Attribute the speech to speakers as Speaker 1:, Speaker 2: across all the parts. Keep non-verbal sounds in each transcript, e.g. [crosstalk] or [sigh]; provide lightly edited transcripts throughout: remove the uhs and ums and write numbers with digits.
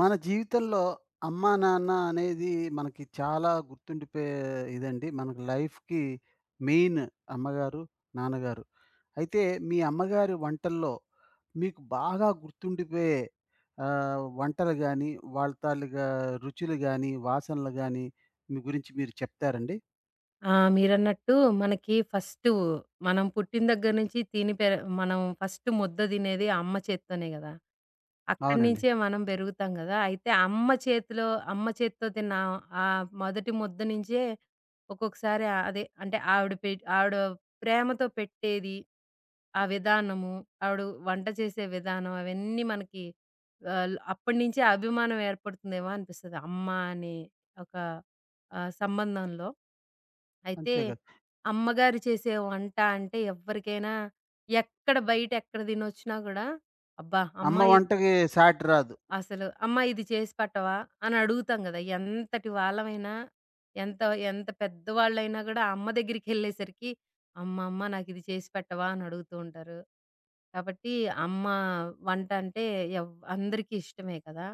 Speaker 1: మన జీవితంలో అమ్మా నాన్న అనేది మనకి చాలా గుర్తుండిపోయే ఇదండి. మనకి లైఫ్‌కి మెయిన్ అమ్మగారు, నాన్నగారు. అయితే మీ అమ్మగారి వంటల్లో మీకు బాగా గుర్తుండిపోయే వంటలు గాని, వాళ్ళ తాలూకా రుచులు గాని, వాసనలు గాని మీ గురించి మీరు చెప్తారండి?
Speaker 2: ఆ! మీరన్నట్టు మనకి ఫస్టు మనం పుట్టిన దగ్గర నుంచి తిని పెర మనం ఫస్ట్ ముద్ద తినేది అమ్మ చేత్తోనే గదా! అక్కడి
Speaker 1: అవునండి.
Speaker 2: నించే మనం పెరుగుతాం గదా! అయితే అమ్మ చేతిలో అమ్మ చేత్తో తిన్న ఆ మొదటి ముద్ద నించే ఒక్కొక్కసారి అదే అంటే ఆవిడ ప్రేమతో పెట్టేది, ఆ విధానము, ఆవిడ వంట చేసే విధానం అవన్నీ మనకి అప్పటినుంచే అభిమానం ఏర్పడుతుందేమో అనిపిస్తది. అమ్మ అనే ఒక సంబంధంలో. అయితే
Speaker 1: అంతే కదా!
Speaker 2: అమ్మగారు చేసే వంట అంటే ఎవ్వరికైనా ఎక్కడ బయట ఎక్కడ తినొచ్చినా గూడా, అబ్బా! అమ్మ
Speaker 1: అమ్మ
Speaker 2: ఇ
Speaker 1: వంటకి సాటి రాదు.
Speaker 2: అసలు "అమ్మ ఇది చేసి పెట్టవా?" అని అడుగుతాం గదా! ఎంతటి వాళ్ళమైనా, ఎంత ఎంత పెద్దవాళ్ళైనా గూడా అమ్మ దగ్గరికెళ్ళేసరికి, "అమ్మ, అమ్మ నాకిది చేసి పెట్టవా?" అని అడుగుతూ ఉంటారు. కాబట్టి అమ్మ వంట అంటే అందరికీ ఇష్టమే కదా!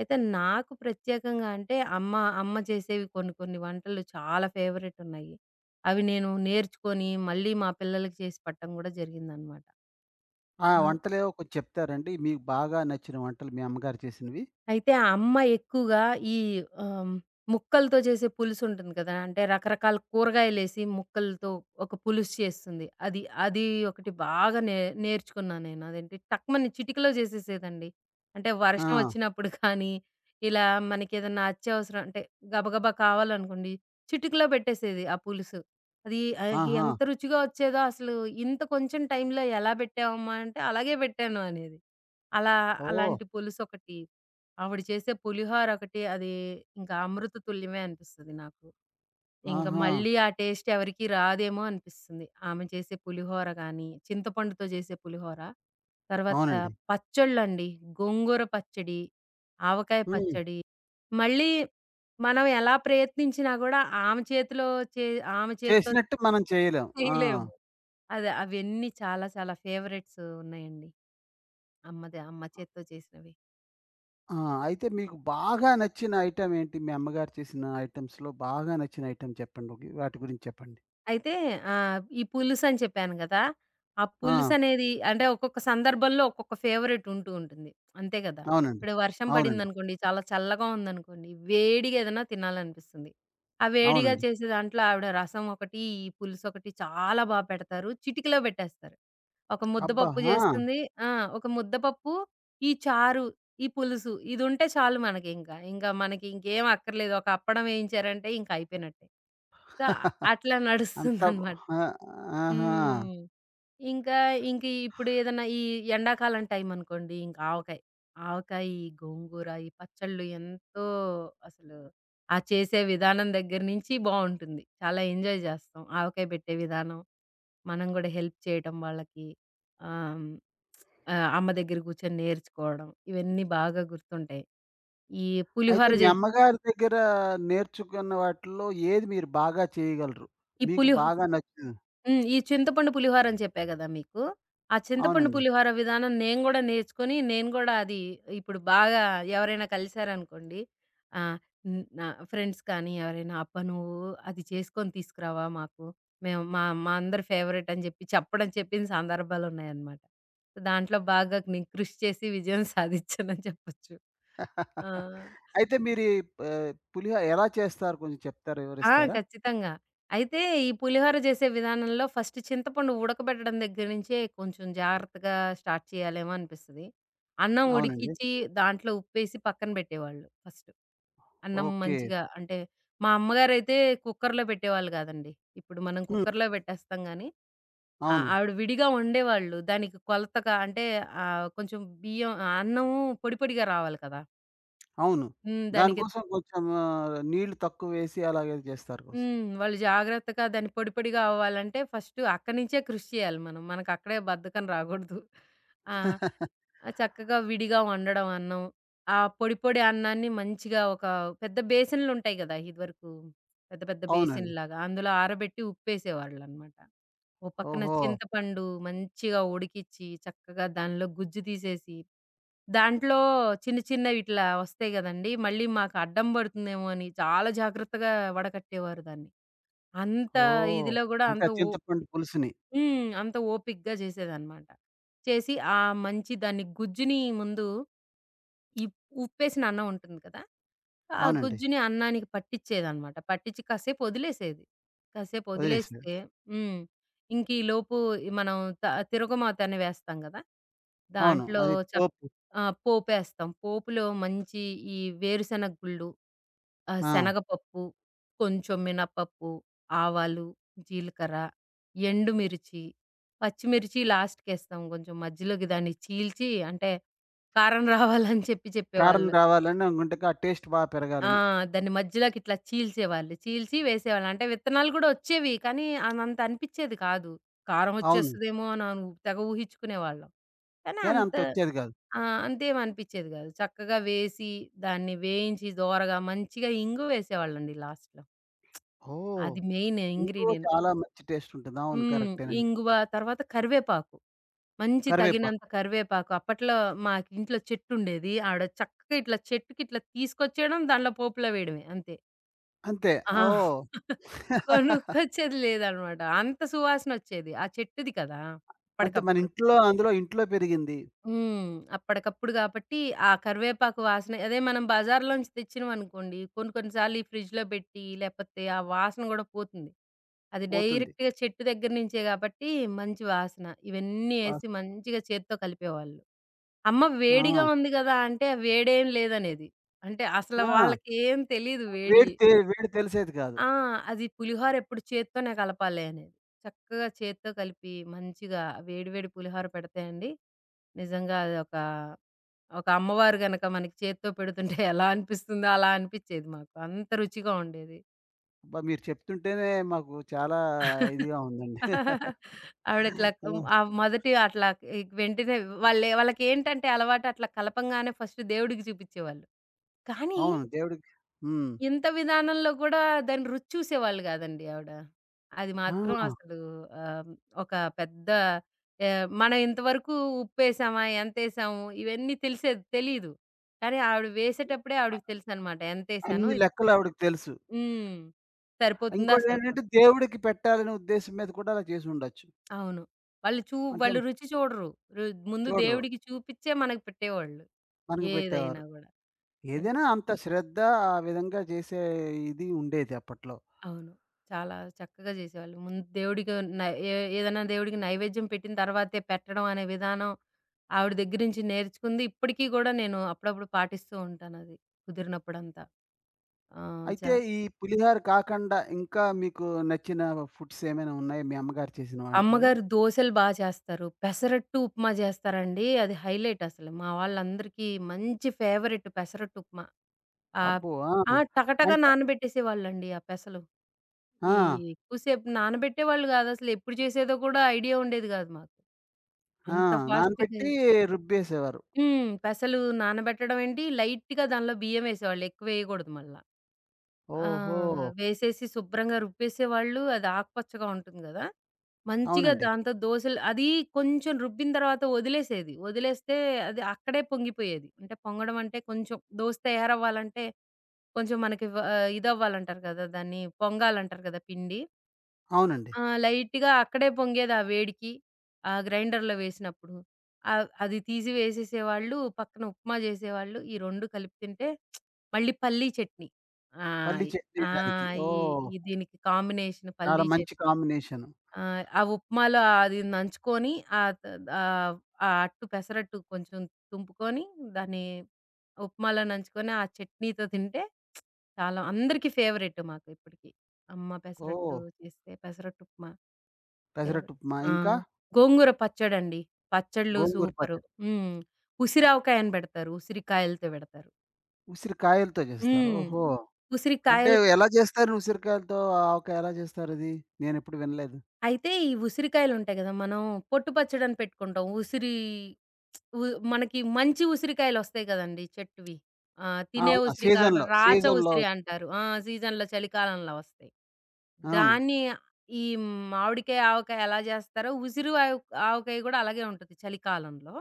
Speaker 2: అయితే నాకు ప్రత్యేకంగా అంటే అమ్మ అమ్మ చేసేవి కొన్ని కొన్ని వంటలు చాలా ఫేవరెట్ ఉన్నాయి. అవి నేను నేర్చుకొని మళ్ళీ మా పిల్లలకి చేసి పెట్టడం గూడా జరిగిందనమాట.
Speaker 1: ఆ!
Speaker 2: ఆ!
Speaker 1: వంటలేవో కొంచెం చెప్తారండి? మీకు బాగా నచ్చిన వంటలు మీ అమ్మగారు చేసినవి?
Speaker 2: అయితే ఆ అమ్మ ఎక్కువగా ఈ ఆహ్, ముక్కలతో చేసే పులుసుంటుంది కదా! అంటే రకరకాల కూరగాయలేసి ముక్కలతో ఒక పులుసు చేస్తుంది. అది ఒకటి బాగా నే నేర్చుకున్నా నేను. అదేంటి టక్‌మని చిటికలో చేసేసేదండి. అంటే
Speaker 1: ఆ!
Speaker 2: వర్షం వచ్చినప్పుడు కానీ, ఇలా మనకేదన్నా అత్యవసరం అంటే గబగబా కావాలనుకోండి, చిటికలో పెట్టేసేది ఆ పులుసు. అది
Speaker 1: ఆహా!
Speaker 2: ఎంత రుచిగా వచ్చేదో అసలు ఇంత కొంచెం టైంలో ఎలా పెట్టావమ్మా అంటే, అలాగే పెట్టాను అనేది. అలా
Speaker 1: ఓహ్!
Speaker 2: అలాంటి పులుసొకటి ఆవిడ చేసే పులిహోర ఒకటి అది ఇంకా అమృత తుల్యమే అనిపిస్తది నాకు. ఇంకా
Speaker 1: ఆహా!
Speaker 2: మళ్ళీ ఆ టేస్ట్ ఎవరికీ రాదేమో అనిపిస్తుంది. ఆమె చేసే పులిహోర గాని, చింతపండుతో చేసే పులిహోర. తర్వాత
Speaker 1: అవునండి.
Speaker 2: పచ్చళ్ళండి. గోంగూర పచ్చడి, ఆవకాయ
Speaker 1: హ్మ్.
Speaker 2: పచ్చడి. మళ్ళీ మనం ఎలా ప్రయత్నించినా గూడా ఆమె చేతిలో చే ఆమె చేత్తో
Speaker 1: చేసినట్టు మనం చేయలేం. ఆ!
Speaker 2: చేయలేము. అదే అవన్నీ చాలా చాలా ఫేవరెట్స్ ఉన్నాయండి. అమ్మది అమ్మ చేత్తో చేసినవి.
Speaker 1: ఆ! అయితే మీకు బాగా నచ్చిన ఐటెమ్ ఏంటి? మీ అమ్మగారు చేసిన ఐటెమ్స్‌లో బాగా నచ్చిన ఐటెమ్ చెప్పండి. ఓకే. వాటి గురించి చెప్పండి.
Speaker 2: అయితే ఈ పులుసని చెప్పాను గదా! ఆ
Speaker 1: ఆ!
Speaker 2: పులుసనేది అంటే ఒక్కొక్క సందర్భంలో ఒక్కొక్క ఫేవరెట్ ఉంటూ ఉంటుంది. అంతే గదా!
Speaker 1: అవునండి.
Speaker 2: ఇప్పుడు వర్షం
Speaker 1: అవునండి.
Speaker 2: పడిందనుకోండి, చాలా చల్లగా ఉందనుకోండి, వేడిగా ఏదైనా తినాలనిపిస్తుంది. ఆ వేడిగా
Speaker 1: అవునండి.
Speaker 2: చేసే దాంట్లో ఆవిడ రసం ఒకటి, ఈ పులుసొకటి చాలా బా పెడతారు. చిటికెలో పెట్టేస్తారు. ఒక
Speaker 1: అబ్బా!
Speaker 2: ముద్దపప్పు
Speaker 1: ఆ!
Speaker 2: జేస్తుంది. ఆ! ఒక ముద్దపప్పు, ఈ చారు ఈ పులుసు ఇదుంటే చాలు మనకింక. ఇంక మనకి ఇంకేం అక్కర్లేదు. ఒక అప్పడం వేయించారంటే ఇంక అయిపోయినట్టే. సో,
Speaker 1: [laughs]
Speaker 2: అట్లా
Speaker 1: అంతా
Speaker 2: నడుస్తుందనమాట.
Speaker 1: ఆ! ఆహా!
Speaker 2: హ్మ్. ఇంకా, ఇంక ఇప్పుడు ఏదన్నా ఈ ఎండాకాలం టైమనుకోండి ఇంక ఆవకాయ. ఆవకాయ, ఈ గోంగూర, ఈ పచ్చళ్ళు ఎంతో అసలు ఆ చేసే విధానం దగ్గర నుంచి బావుంటుంది. చాలా ఎంజాయ్ జేస్తాం ఆవకాయ పెట్టే విధానం. మనం గూడా హెల్ప్ చేయటం వాళ్ళకి. ఆహ్, హ్మ్. ఆ! అమ్మ దగ్గర కూర్చొని నేర్చుకోవడం. ఇవన్నీ బాగా గుర్తుంటాయి. ఈ
Speaker 1: అయితే
Speaker 2: పులిహోర
Speaker 1: మీ
Speaker 2: జేస్
Speaker 1: అమ్మగారి దగ్గర నేర్చుకున్న వాటిల్లో ఏది మీరు బాగా చేయగలరు?
Speaker 2: ఈ
Speaker 1: మీకు
Speaker 2: పులిహో
Speaker 1: బాగా నచ్చింది?
Speaker 2: హ్మ్. ఈ చింతపండు పులిహోర అని చెప్పా గదా మీకు. ఆ చింతపండు
Speaker 1: అవునండి.
Speaker 2: పులిహోర విధానం నేను గూడా నేర్చుకొని, నేను గూడా అది ఇప్పుడు బాగా ఎవరైనా కలిసారనుకోండి. ఆ! హ్మ్. నా ఫ్రెండ్స్ కానీ ఎవరైనా, "అబ్బా! నువ్వు అది చేసుకొని తీసుకురావా మాకు. మేము మా మా అందరి ఫేవరెట్" అని జెప్పి చెప్పడం చెప్పిన సందర్భాలున్నాయన్నమాట. దాంట్లో బాగా నేను కృషి చేసి విజయం సాధిచ్చానని చెప్పొచ్చు. ఆ!
Speaker 1: [laughs] అయితే మీరు ఈ ప పులిహోర ఎలా చేస్తారు? కొంచెం చెప్తారా?
Speaker 2: ఆ!
Speaker 1: వివరిస్తారా?
Speaker 2: ఖచ్చితంగా. అయితే ఈ పులిహోర చేసే విధానంలో ఫస్ట్ చింతపండు ఉడకబెట్టడం దగ్గర నుంచే కొంచెం జాగ్రత్తగా స్టార్ట్ చేయాలేమో అనిపిస్తది. అన్నం
Speaker 1: అవునండి.
Speaker 2: ఉడికిచ్చి దాంట్లో ఉప్పేసి పక్కన పెట్టేవాళ్ళు ఫస్ట్. అన్నం
Speaker 1: ఓకే.
Speaker 2: మంచిగా అంటే మా అమ్మగారైతే కుక్కర్‌లో పెట్టేవాళ్ళు కాదండి. ఇప్పుడు మనం
Speaker 1: హ్మ్.
Speaker 2: కుక్కర్‌లో పెట్టేస్తాం గానీ, ఆ
Speaker 1: అవును.
Speaker 2: ఆవిడ విడిగా వండేవాళ్ళు. దానికి కొలతగా అంటే కొంచెం బియ్యం అన్నము పొడి పొడిగా రావాలి కదా!
Speaker 1: అవును.
Speaker 2: హ్మ్. దానికి
Speaker 1: దానికోసం కొంచెం నీళ్లు తక్కువేసి అలాగే చేస్తారు కొంచెం.
Speaker 2: హ్మ్. వాళ్ళు జాగ్రత్తగా దాన్ని పొడి పొడిగా అవ్వాలంటే ఫస్ట్ అక్కడి నుంచే కృషి చేయాలి మనం. మనకక్కడే బద్ధకం రాగూడదు. ఆ! ఆ చక్కగా విడిగా వండడం అన్నం. ఆ పొడి పొడి అన్నాన్ని మంచిగా ఒక పెద్ద బేసిన్‌లుంటాయి గదా! ఇదివరకు పెద్ద పెద్ద
Speaker 1: అవునండి.
Speaker 2: బేసిన్‌లాగా అందులో ఆరబెట్టి ఉప్పేసేవాళ్ళనమాట. ఓ పక్కన
Speaker 1: ఓహో!
Speaker 2: చింతపండు మంచిగా ఉడికిచ్చి, చక్కగా దానిలో గుజ్జు తీసేసి, దాంట్లో చిన్న చిన్నవి ఇట్లా వస్తాయి గదండీ! మళ్ళీ మాకు అడ్డం బడుతుందేమో అని చాలా జాగ్రత్తగా వడకట్టేవారు దాన్ని. అంత
Speaker 1: ఓహ్!
Speaker 2: ఇదిలో గూడా
Speaker 1: అంటే
Speaker 2: అంత
Speaker 1: ఆ
Speaker 2: ఓ
Speaker 1: చింతపండు పులుసుని.
Speaker 2: హ్మ్. అంత ఓపికగా చేసేదనమాట. చేసి ఆ మంచి దాన్ని గుజ్జుని ముందు ఈ ఉప్పేసిన అన్నం ఉంటుంది కదా! ఆ
Speaker 1: అవునండి.
Speaker 2: గుజ్జుని అన్నానికి పట్టిచ్చేదనమాట. పట్టిచ్చి కాసేపు వదిలేసేది. కాసేపు
Speaker 1: వదిలేసారు.
Speaker 2: వదిలేస్తే హ్మ్. ఇంక ఈ లోపు ఈ మనం త తిరగమాతని వేస్తాం గదా!
Speaker 1: అవును.
Speaker 2: దాంట్లో
Speaker 1: అది
Speaker 2: చక్
Speaker 1: పోపు.
Speaker 2: ఆ! పోపేస్తాం. పోపులో మంచి ఈ వేరుశనగ గుళ్ళు,
Speaker 1: ఆ!
Speaker 2: శనగపప్పు, కొంచెం మినపప్పు, ఆవాలు, జీలకర్ర ఎండుమిర్చి, పచ్చిమిర్చి లాస్ట్‌కేస్తాం. కొంచెం మధ్యలోకి దాన్ని చీల్చి అంటే కారం రావాలని చెప్పి
Speaker 1: కారం
Speaker 2: చెప్పేవాళ్ళు.
Speaker 1: రావాలని గుంటక ఆ టేస్ట్ బా
Speaker 2: ఆ!
Speaker 1: పెరగాలని.
Speaker 2: దాన్ని మధ్యలోకి ఇట్లా చీల్చేవాళ్ళు. చీల్చి వేసేవాళ్ళు. అంటే విత్తనాలు కూడా వచ్చేవి. కానీ అనంత అనిపిచ్చేది కాదు. కారం
Speaker 1: అవును.
Speaker 2: వచ్చేస్తదేమో అని తెగ ఊహించుకునేవాళ్ళం. కానీ
Speaker 1: కానీ
Speaker 2: అంత
Speaker 1: అంతొచ్చేది కాదు.
Speaker 2: ఆ! అంతేం అనిపిచ్చేది కాదు. చక్కగా వేసి దాన్ని వేయించి దోరగా మంచిగా ఇంగు వేసేవాళ్ళండి లాస్ట్‌లో.
Speaker 1: ఓహ్!
Speaker 2: అది మెయిన్
Speaker 1: ఇంట్లో
Speaker 2: ఇంగ్రీడియెంట్.
Speaker 1: చాలా మంచి టేస్ట్ ఉంటుంది. అవును.
Speaker 2: హ్మ్.
Speaker 1: కరెక్టేనండి.
Speaker 2: ఇంగువ తర్వాత కరివేపాకు. మంచి
Speaker 1: కరివేపాకు.
Speaker 2: తగినంత కరివేపాకు. అప్పట్లో మాకింట్లో చెట్టుండేది. ఆడ చక్కగా ఇట్లా చెట్టుకిట్లా తీసుకొచ్చేయడం, దాంట్లో పోపులో వేయడమే అంతే.
Speaker 1: అంతే.
Speaker 2: ఆ!
Speaker 1: ఓహ్!
Speaker 2: [laughs]
Speaker 1: [laughs]
Speaker 2: కొనుక్కొచ్చేది లేదనమాట. అంత సువాసనొచ్చేది. ఆ చెట్టుది కదా!
Speaker 1: అంతే మన
Speaker 2: అప్పటికప్పుడు.
Speaker 1: ఇంట్లో అందులో ఇంట్లో పెరిగింది
Speaker 2: హ్మ్. అప్పటికప్పుడు గాబట్టి, ఆ కరివేపాకు వాసన అదే మనం బజార్‌లోంచి తెచ్చినవనుకోండి, కొన్ని కొన్ని సార్లు ఈ ఫ్రిడ్జ్‌లో పెట్టి, లేపోతే ఆ వాసన గూడా పోతుంది. అది
Speaker 1: పోతుంది.
Speaker 2: డైరెక్ట్‌గా చెట్టు దగ్గర నుంచే గాబట్టి, మంచి వాసన. ఇవన్నీ ఏసి
Speaker 1: వాస్
Speaker 2: మంచిగా చేత్తో కలిపేవాళ్ళు. అమ్మ వేడిగా
Speaker 1: ఆ!
Speaker 2: ఉంది గదా! అంటే, వేడేం లేదనేది. అంటే, అసలు
Speaker 1: ఆ!
Speaker 2: వాళ్ళకేం తెలీదు వేడి.
Speaker 1: వేడి తెలిసేది కాదు.
Speaker 2: ఆ! అది పులిహోర ఎప్పుడు చేత్తోనే కలపాలి అనేది. చక్కగా చేత్తో కలిపి మంచిగా వేడి వేడి పులిహోర పెడితే అండి, నిజంగా అదొక ఒక ఒక అమ్మవారు గనక మనకి చేత్తో పెడుతుంటే [laughs] ఎలా అనిపిస్తుందో అలా అనిపిచ్చేది మాకు. అంత రుచిగా ఉండేది.
Speaker 1: అబ్బా! మీరు చెప్తుంటేనే మాకు చాలా ఇదిగా
Speaker 2: [laughs]
Speaker 1: ఉందండి.
Speaker 2: ఆవిడ ఇట్లా
Speaker 1: ఆ!
Speaker 2: హ్మ్, ఆ మొదటి అట్లా వెంటనే వాళ్ళకేంటంటే అలవాటు అట్లా కలపంగానే ఫస్ట్ దేవుడికి చూపిచ్చేవాళ్ళు. కానీ
Speaker 1: అవును. దేవుడికి హ్మ్.
Speaker 2: ఇంత విధానంలో కూడా దాని రుచి చూసేవాళ్ళు కాదండి ఆవిడ. అది
Speaker 1: ఆ!
Speaker 2: మాత్రం అసలు ఆహ్, ఒక పెద్ద మనం ఇంతవరకు ఉప్పేసామా? ఎంతేసాము? ఇవన్నీ తెలిసేది తెలీదు. కానీ ఆవిడ వేసేటప్పుడే ఆవిడకి తెలుసనమాట. ఎంతేసాను
Speaker 1: అన్ని లెక్కలు ఆవిడకి తెలుసు.
Speaker 2: హ్మ్. సరిపోతుందా?
Speaker 1: ఇంకోటేంటంటే
Speaker 2: సరిపోదా?
Speaker 1: దేవుడికి పెట్టాలనే ఉద్దేశం మీద కూడా అలా చేసుండొచ్చు.
Speaker 2: అవును. వాళ్ళు చూ
Speaker 1: అంటే
Speaker 2: వాళ్ళు రుచి చూడరు. రు ముందు
Speaker 1: చూడరు.
Speaker 2: దేవుడికి చూపిచ్చే మనకు పెట్టేవాళ్ళు.
Speaker 1: మనకి
Speaker 2: ఏదైనా
Speaker 1: పెట్టేవారు.
Speaker 2: గూడా.
Speaker 1: ఏదైనా అంత శ్రద్ధ ఆ విధంగా చేసే ఇది ఉండేది అప్పట్లో.
Speaker 2: అవును. చాలా చక్కగా జేసేవాళ్ళు. ముందు దేవుడికి నై ఏ ఏదైనా దేవుడికి నైవేద్యం పెట్టిన తర్వాతే పెట్టడం అనే విధానం ఆవిడ దగ్గర నుంచి నేర్చుకుంది. ఇప్పటికి గూడా నేను అప్పుడప్పుడు పాటిస్తూ ఉంటానది. కుదిరినప్పుడంతా. ఆ! చ
Speaker 1: అయితే ఈ పులిహార కాకండా ఇంకా మీకు నచ్చిన ఫుడ్స్ ఏమైనా ఉన్నాయా మీ అమ్మగారు చేసిన వాటిల్లో?
Speaker 2: అమ్మగారు దోసెలు బా చేస్తారు. పెసరట్టు ఉప్మా చేస్తారండి. అది హైలైట్ అసలు. మా వాళ్ళందరికీ మంచి ఫేవరెట్ పెసరట్టు ఉప్మా. ఆహ్,
Speaker 1: అబ్బో! ఆ!
Speaker 2: ఆ! టకటక
Speaker 1: అంట
Speaker 2: నానబెట్టేసేవాళ్ళండి ఆ పెసలు.
Speaker 1: ఆ!
Speaker 2: ఈ ఎక్కువసేపు నానబెట్టేవాళ్ళు గాదు. అసలు ఎప్పుడు చేసేదో కూడా ఐడియా ఉండేది గాదు మాకు.
Speaker 1: ఆ!
Speaker 2: అంత ఫాస్ట్‌గా
Speaker 1: నానబెట్టి రుబ్బేసేవారు.
Speaker 2: హ్మ్. పెసలు నానబెట్టడం ఏంటి, లైట్‌గా దానిలో బియ్యం వేసేవాళ్ళు. ఎక్కువేయకూడదు మళ్ళ. ఆ!
Speaker 1: ఓహో!
Speaker 2: వేసేసి శుభ్రంగా రుబ్బేసేవాళ్ళు. అది ఆకుపచ్చగా ఉంటుంది గదా! మంచిగా
Speaker 1: అవునండి.
Speaker 2: దాంతో దోసలు అది కొంచెం రుబ్బిన తర్వాత వదిలేసేది. వదిలేస్తే అది అక్కడే పొంగిపోయేది. అంటే పొంగడం అంటే కొంచెం దోస తయారవ్వాలంటే కొంచెం మనకి వ ఇదవ్వాలంటారు కదా! దాన్ని పొంగాలంటారు కదా! పిండి.
Speaker 1: అవునండి.
Speaker 2: ఆ! లైట్‌గా అక్కడే పొంగేది ఆ వేడికి. ఆ గ్రైండర్‌లో వేసినప్పుడు. అది తీసి వేసేసేవాళ్ళు. పక్కన ఉప్మా చేసేవాళ్ళు. ఈ 2 కలిపి తింటే మళ్ళీ పల్లీ చట్నీ. ఆ!
Speaker 1: పల్లి చట్నీ
Speaker 2: ఆ!
Speaker 1: దానికి.
Speaker 2: ఈ
Speaker 1: ఓహ్!
Speaker 2: ఈ దీనికి కాంబినేషన్
Speaker 1: చాలా
Speaker 2: పల్లీ
Speaker 1: మంచి
Speaker 2: చట్
Speaker 1: కాంబినేషను.
Speaker 2: ఆ! ఆ ఉప్మాలో అది నంచుకొని ఆహ్, త ఆహ్, ఆ అట్టు పెసరట్టు కొంచెం తుంపుకొని దాన్ని ఉప్మాలో నంచుకొని ఆ చట్నీతో తింటే చాలా అందరికీ ఫేవరెట్ మాకు ఇప్పటికి. అమ్మ పెసరట్టు
Speaker 1: ఓహ్!
Speaker 2: చేస్తే పెసరట్టు ఉప్మా.
Speaker 1: పెసరట్టు
Speaker 2: ఫేవరెట్.
Speaker 1: ఉప్మా
Speaker 2: ఆ!
Speaker 1: ఇంకా
Speaker 2: గోంగూర పచ్చడండి. పచ్చడ్లు
Speaker 1: గోంగూర
Speaker 2: సూపరు.
Speaker 1: పచ్చడి.
Speaker 2: హ్మ్. ఉసిరావకాయని బెడతారు. ఉసిరికాయలతో బెడతారు.
Speaker 1: ఉసిరికాయలతో చేస్తారు.
Speaker 2: హ్మ్.
Speaker 1: ఓహో! అంటే
Speaker 2: ఉసిరికాయల
Speaker 1: ఎలా చేస్తారు ఉసిరికాయలతో ఆవకాయ ఎలా చేస్తారది? నేనెప్పుడు వినలేదు.
Speaker 2: అయితే ఈ ఉసిరికాయలుంటాయి గదా! మనం పొట్టు పచ్చడని పెట్టుకుంటాం. ఉసిరి ఉ మనకి మంచి ఉసిరికాయలొస్తాయి గదండీ చెట్టువి.
Speaker 1: ఆ!
Speaker 2: తినే
Speaker 1: అవునా?
Speaker 2: ఉసిరి కాకుండా
Speaker 1: సీజన్‌లో
Speaker 2: రాచ
Speaker 1: సీజన్‌లో
Speaker 2: ఉసిరి అంటారు. ఆ! సీజన్‌లో చలికాలంలో వస్తాయి.
Speaker 1: అవును.
Speaker 2: దాన్ని ఈ మామిడికాయ, ఆవకాయ ఎలా జేస్తారో ఉసిరి ఆవ్ ఆవకాయ గూడా అలాగే ఉంటది చలికాలంలో.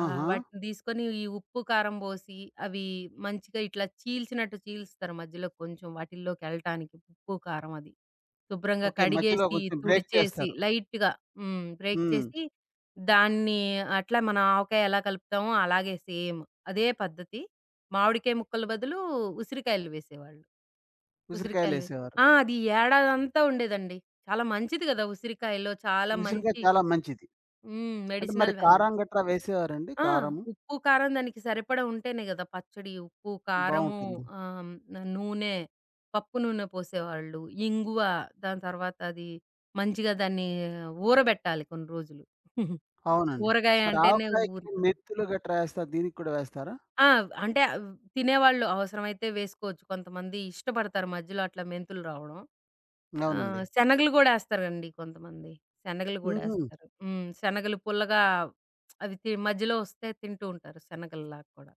Speaker 1: ఆహా!
Speaker 2: వాటిని దీసుకొని ఈ ఉప్పు, కారం బోసి అవి మంచిగా ఇట్లా చీల్చినట్టు చీలుస్తారు మధ్యలో కొంచెం వాటిల్లోకెళ్ళటానికి ఉప్పు, కారం అది. శుభ్రంగా
Speaker 1: ఓకే. మధ్యలో
Speaker 2: కడిగేసి,
Speaker 1: కొంచెం బ్రేక్
Speaker 2: తుడిచేసి,
Speaker 1: చేస్తారు.
Speaker 2: లైట్‌గా హ్మ్. బ్రేక్
Speaker 1: హ్మ్.
Speaker 2: చేసి, దాన్ని అట్లా మనం ఆవకాయ ఎలా కలుపుతామో అలాగే సేమ్ అదే పద్ధతి. మామిడికాయ ముక్కల బదులు ఉసిరికాయలు వేసేవాళ్ళు. ఉసిరికాయలు వే
Speaker 1: ఉసిరికాయలేసేవారు.
Speaker 2: ఆ! అది ఏడాదంతా ఉండేదండి. చాలా మంచిది గదా! ఉసిరికాయలో చాలా
Speaker 1: ఉసిరికాయ
Speaker 2: మంచి
Speaker 1: చాలా మంచిది.
Speaker 2: హ్మ్.
Speaker 1: అంటే మరి
Speaker 2: మెడిసినల్ వాల్యూ.
Speaker 1: కారం గట్రా వేసేవారండి?
Speaker 2: ఆ!
Speaker 1: కారము?
Speaker 2: ఉప్పు, కారం దానికి సరిపడా ఉంటేనే గదా! పచ్చడి, ఉప్పు, కారము,
Speaker 1: బావుంటుంది.
Speaker 2: నూనె, పప్పు నూనె పోసేవాళ్ళు, ఇంగువ, దాని తర్వాత అది మంచిగా దాన్ని ఊరబెట్టాలి కొన్ని రోజులు.
Speaker 1: అవునండి.
Speaker 2: ఊరగాయ
Speaker 1: మరి
Speaker 2: అంటేనే
Speaker 1: ఆవకాయకి
Speaker 2: ఊరుతుంది.
Speaker 1: మెంతులు గట్రా ఏస్తారు. దీనికి కూడా వేస్తారా?
Speaker 2: ఆ! అంటే తినేవాళ్ళు అవసరమైతే వేసుకోవచ్చు. కొంతమంది ఇష్టపడతారు మధ్యలో అట్లా మెంతులు రావడం. ఆ!
Speaker 1: అవునండి.
Speaker 2: శనగలు గూడా ఏస్తారండి కొంతమంది. శనగలు గూడా
Speaker 1: హుహు.
Speaker 2: ఏస్తారు. హ్మ్. శనగలు పుల్లగా అవి తి మధ్యలో వస్తే తింటూ ఉంటారు శనగల్లా కూడా.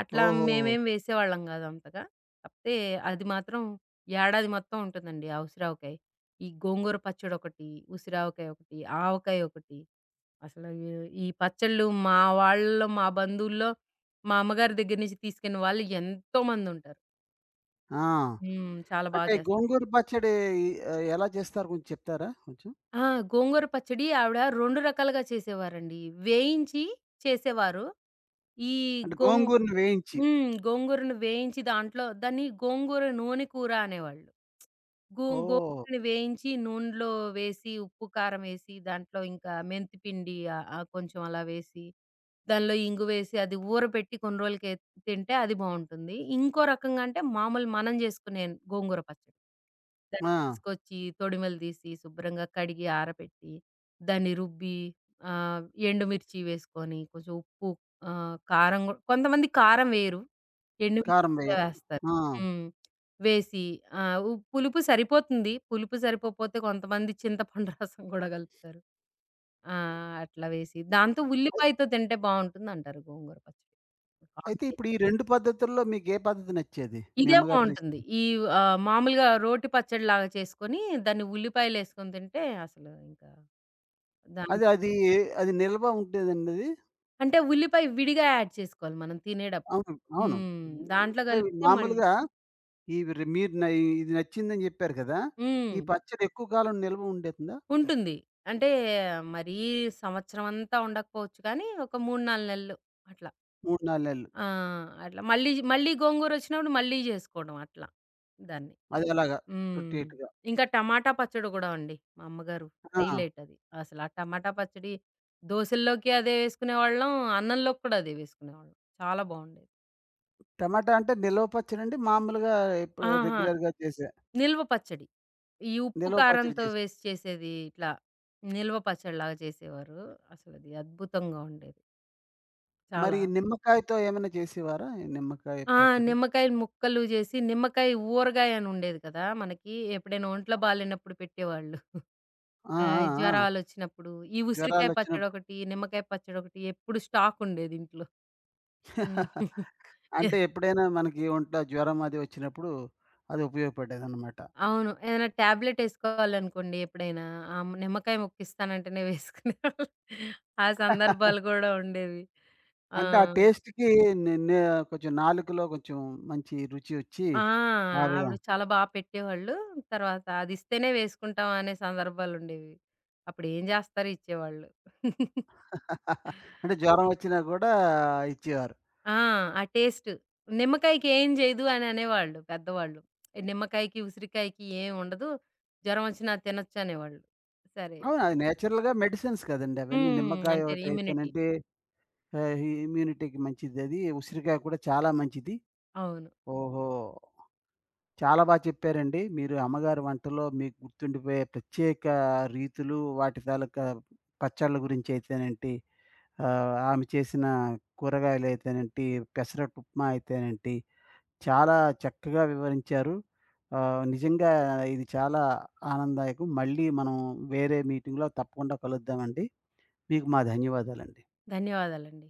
Speaker 2: అట్లా
Speaker 1: ఓహోహో!
Speaker 2: మేమేం వేసేవాళ్ళం గాదు అంతగా. కాపోతే అది మాత్రం ఏడాది మొత్తం ఉంటుందండి ఆ ఉసిరావకాయ. ఈ గోంగూర పచ్చడొకటి, ఉసిరావకాయ ఒకటి, ఆవకాయ ఒకటి. అసలు ఈ ఈ పచ్చళ్ళు మా వాళ్ళలో, మా బంధువుల్లో, మా అమ్మగారి దగ్గర నుంచి తీసుకున్న వాళ్ళు ఎంతో మందుంటారు.
Speaker 1: ఆ!
Speaker 2: హ్మ్. చాలా బా
Speaker 1: అంటే
Speaker 2: చేస్తారు.
Speaker 1: గోంగూర పచ్చడి ఎలా చేస్తారు కొంచెం చెప్తారా కొంచెం?
Speaker 2: ఆ! గోంగూర పచ్చడి ఆవిడ 2 రకాలుగా చేసేవారండి. వేయించి చేసేవారు. ఈ
Speaker 1: అంటే
Speaker 2: గోంగ్
Speaker 1: గోంగూరని వేయించి.
Speaker 2: హ్మ్. గోంగూరను వేయించి దాంట్లో దాన్ని గోంగూర నూనె కూర అనేవాళ్ళు.
Speaker 1: ఓహ్!
Speaker 2: గోంగూరని వేయించి నూనెలో వేసి, ఉప్పు, కారం వేసి, దాంట్లో ఇంకా మెంతి పిండి ఆహ్, ఆహ్, కొంచెం అలా వేసి, దానిలో ఇంగువేసి అది ఊరబెట్టి కొన్ని రోజులకి తింటే అది బావుంటుంది. ఇంకో రకంగా అంటే మామూలు మనం చేసుకునే గోంగూర పచ్చడి.
Speaker 1: ఆ!
Speaker 2: దాన్ని తీసుకొచ్చి తొడిమలు తీసి, శుభ్రంగా కడిగి ఆరబెట్టి, దాన్ని రుబ్బి ఆహ్, ఎండుమిర్చి వేసుకొని, కొంచెం ఉప్పు కారం కొంతమంది కారం వేయరు. ఎండుమిర్చి
Speaker 1: కారం వేయరు.
Speaker 2: వేస్తారు.
Speaker 1: ఆ!
Speaker 2: హ్మ్. వేసి ఆహ్, ఉ పులుపు సరిపోతుంది. పులుపు సరిపోకపోతే కొంతమంది చింతపండు రసం గూడా కలుపుతారు. ఆ! అట్లా వేసి దాంతో
Speaker 1: అయి
Speaker 2: ఉల్లిపాయతో తింటే బావుంటుందంటారు గోంగూర పచ్చడి.
Speaker 1: అయితే
Speaker 2: కాంబినే
Speaker 1: ఇప్పుడు ఈ 2 పద్ధతుల్లో మీకే పద్ధతి నచ్చేది? మీ
Speaker 2: ఇదే
Speaker 1: అమ్మగారు
Speaker 2: బావుంటుంది.
Speaker 1: చేసింది?
Speaker 2: మామూలుగా రోటి పచ్చడిలాగా చేసుకొని దాన్ని ఉల్లిపాయలేసుకొని తింటే అసలు ఇంకా దాని
Speaker 1: అది అది అది నిల్వ ఉండేదండి అది?
Speaker 2: అంటే ఉల్లిపాయ విడిగా యాడ్ చేసుకోవాలి మనం తినేటప్పుడు.
Speaker 1: అవును. అవును.
Speaker 2: హ్మ్. దాంట్లో
Speaker 1: అంటే
Speaker 2: కలిపితే మళ్ళీ
Speaker 1: మామూలుగా ఇవి మీరు న ఇది నచ్చిందని చెప్పారు కదా! ఈ
Speaker 2: హ్మ్.
Speaker 1: పచ్చడి ఎక్కువ కాలం నిల్వ ఉండేతుందా?
Speaker 2: ఉంటుంది. అంటే మరీ సంవత్సరమంతా ఉండకపోవచ్చు కానీ, ఒక 3, 4 నెలలు అట్లా.
Speaker 1: 3, 4 నెలలు.
Speaker 2: ఆ! అట్లా మళ్ళీ, మళ్ళీ గోంగూరొచ్చినప్పుడు మళ్ళీ జేసుకోవడం అట్లా దాన్ని.
Speaker 1: అది అలాగా రొట్టె
Speaker 2: హ్మ్.
Speaker 1: ఇటుగా.
Speaker 2: ఇంకా టమాటా పచ్చడి గూడా అండి. మా అమ్మగారు
Speaker 1: ఆ!
Speaker 2: హైలైట్ అది. అసలు ఆ టమాటా పచ్చడి దోసల్లోకి అదే వేసుకునేవాళ్ళం. అన్నంలోకి కూడా అదే వేసుకునేవాళ్ళం. చాలా బావుండేది.
Speaker 1: టమాటా అంటే నిలవ పచ్చడండి మామూలుగా ఇప్పుడు
Speaker 2: ఆహా!
Speaker 1: రెగ్యులర్‌గా చేసే
Speaker 2: నిల్వ పచ్చడి. ఈ ఉప్పు,
Speaker 1: నిలవ పచ్చడి
Speaker 2: కారంతో
Speaker 1: చేసి.
Speaker 2: వేసి చేసేది ఇట్లా నిల్వ పచ్చడిలాగా చేసేవారు. అసలది అద్భుతంగా ఉండేది.
Speaker 1: మరి
Speaker 2: చాలా
Speaker 1: ఈ నిమ్మకాయతో ఏమైనా చేసేవారా? ఈ నిమ్మకాయ
Speaker 2: ఆ!
Speaker 1: పచ్చడి?
Speaker 2: నిమ్మకాయ ముక్కలు జేసి, నిమ్మకాయ ఊరగాయ అని ఉండేది కదా! మనకి ఎప్పుడైనా ఒంట్లో బాలేనప్పుడు పెట్టేవాళ్ళు.
Speaker 1: ఆ! ఆ! ఆ!
Speaker 2: జ్వరాలొచ్చినప్పుడు. ఈ ఉసిరికాయ
Speaker 1: జ్వరాలొచ్చినప్పుడు
Speaker 2: పచ్చడొకటి, నిమ్మకాయ పచ్చడొకటి ఎప్పుడు స్టాక్ ఉండేది ఇంట్లో. హ్మ్. యాహ్! [laughs]
Speaker 1: [laughs] అంటే ఎప్పుడైనా మనకి ఒంట్లో జ్వరం అది వచ్చినప్పుడు అది ఉపయోగపడేదనమాట.
Speaker 2: అవును. ఏదైనా టాబ్లెట్ ఏసుకోవాలనుకోండి ఎప్పుడైనా, నిమ్మకాయ ముక్క ఇస్తానంటేనే వేసుకునేవాళ్ళం. [laughs] ఆ సందర్భాలు
Speaker 1: [laughs]
Speaker 2: గూడా ఉండేవి. ఆ!
Speaker 1: అంటే ఆ టేస్ట్‌కి నే నే కొంచెం నాలుకలో కొంచెం మంచి రుచి ఒచ్చి
Speaker 2: ఆ!
Speaker 1: ఆ విధం
Speaker 2: ఆవిడ చాలా బా పెట్టేవాళ్ళు. తర్వాత అదిస్తేనే వేసుకుంటాం అనే సందర్భాలుండేవి. అప్పుడేం జేస్తారు ఇచ్చేవాళ్ళు.
Speaker 1: [laughs] అంటే జ్వరం వచ్చినా కూడా ఇచ్చేవారు.
Speaker 2: ఆ! ఆ టేస్ట్. నిమ్మకాయకి ఏం జేయదు అని అనేవాళ్ళు పెద్దవాళ్ళు. నిమ్మకాయకి, ఉసిరికాయకి ఏం ఉండదు. జ్వరం ఒచ్చినా తినొచ్చు అనేవాళ్ళు. సరే.
Speaker 1: అవును. అది
Speaker 2: అట్లా.
Speaker 1: నేచురల్‌గా మెడిసిన్స్ కదండీ! అవన్నీ
Speaker 2: హ్మ్.
Speaker 1: నిమ్మకాయ
Speaker 2: అంటే ఇమ్యూనిటీ.
Speaker 1: ఒకటైతేనంటే ఇమ్యూనిటీకి మంచిదది. ఉసిరికాయ కూడా చాలా మంచిది.
Speaker 2: అవును.
Speaker 1: ఓహో! చాలా బా చెప్పారండి. మీరు అమ్మగారి వంటలో మీకు గుర్తుండిపోయే ప్రత్యేక రీతులు, వాటి తాలూకా పచ్చళ్ళ గురించైతేనేంటి, ఆమె చేసిన కూరగాయలైతేనేంటి, పెసరట్టు ఉప్మా అయితేనేంటి, చాలా చక్కగా వివరించారు. నిజంగా ఇది చాలా ఆనందదాయకం. మళ్ళీ మనం వేరే మీటింగ్‌లో తప్పకుండా కలుద్దామండి. మీకు మా ధన్యవాదాలండి.
Speaker 2: ధన్యవాదాలండి.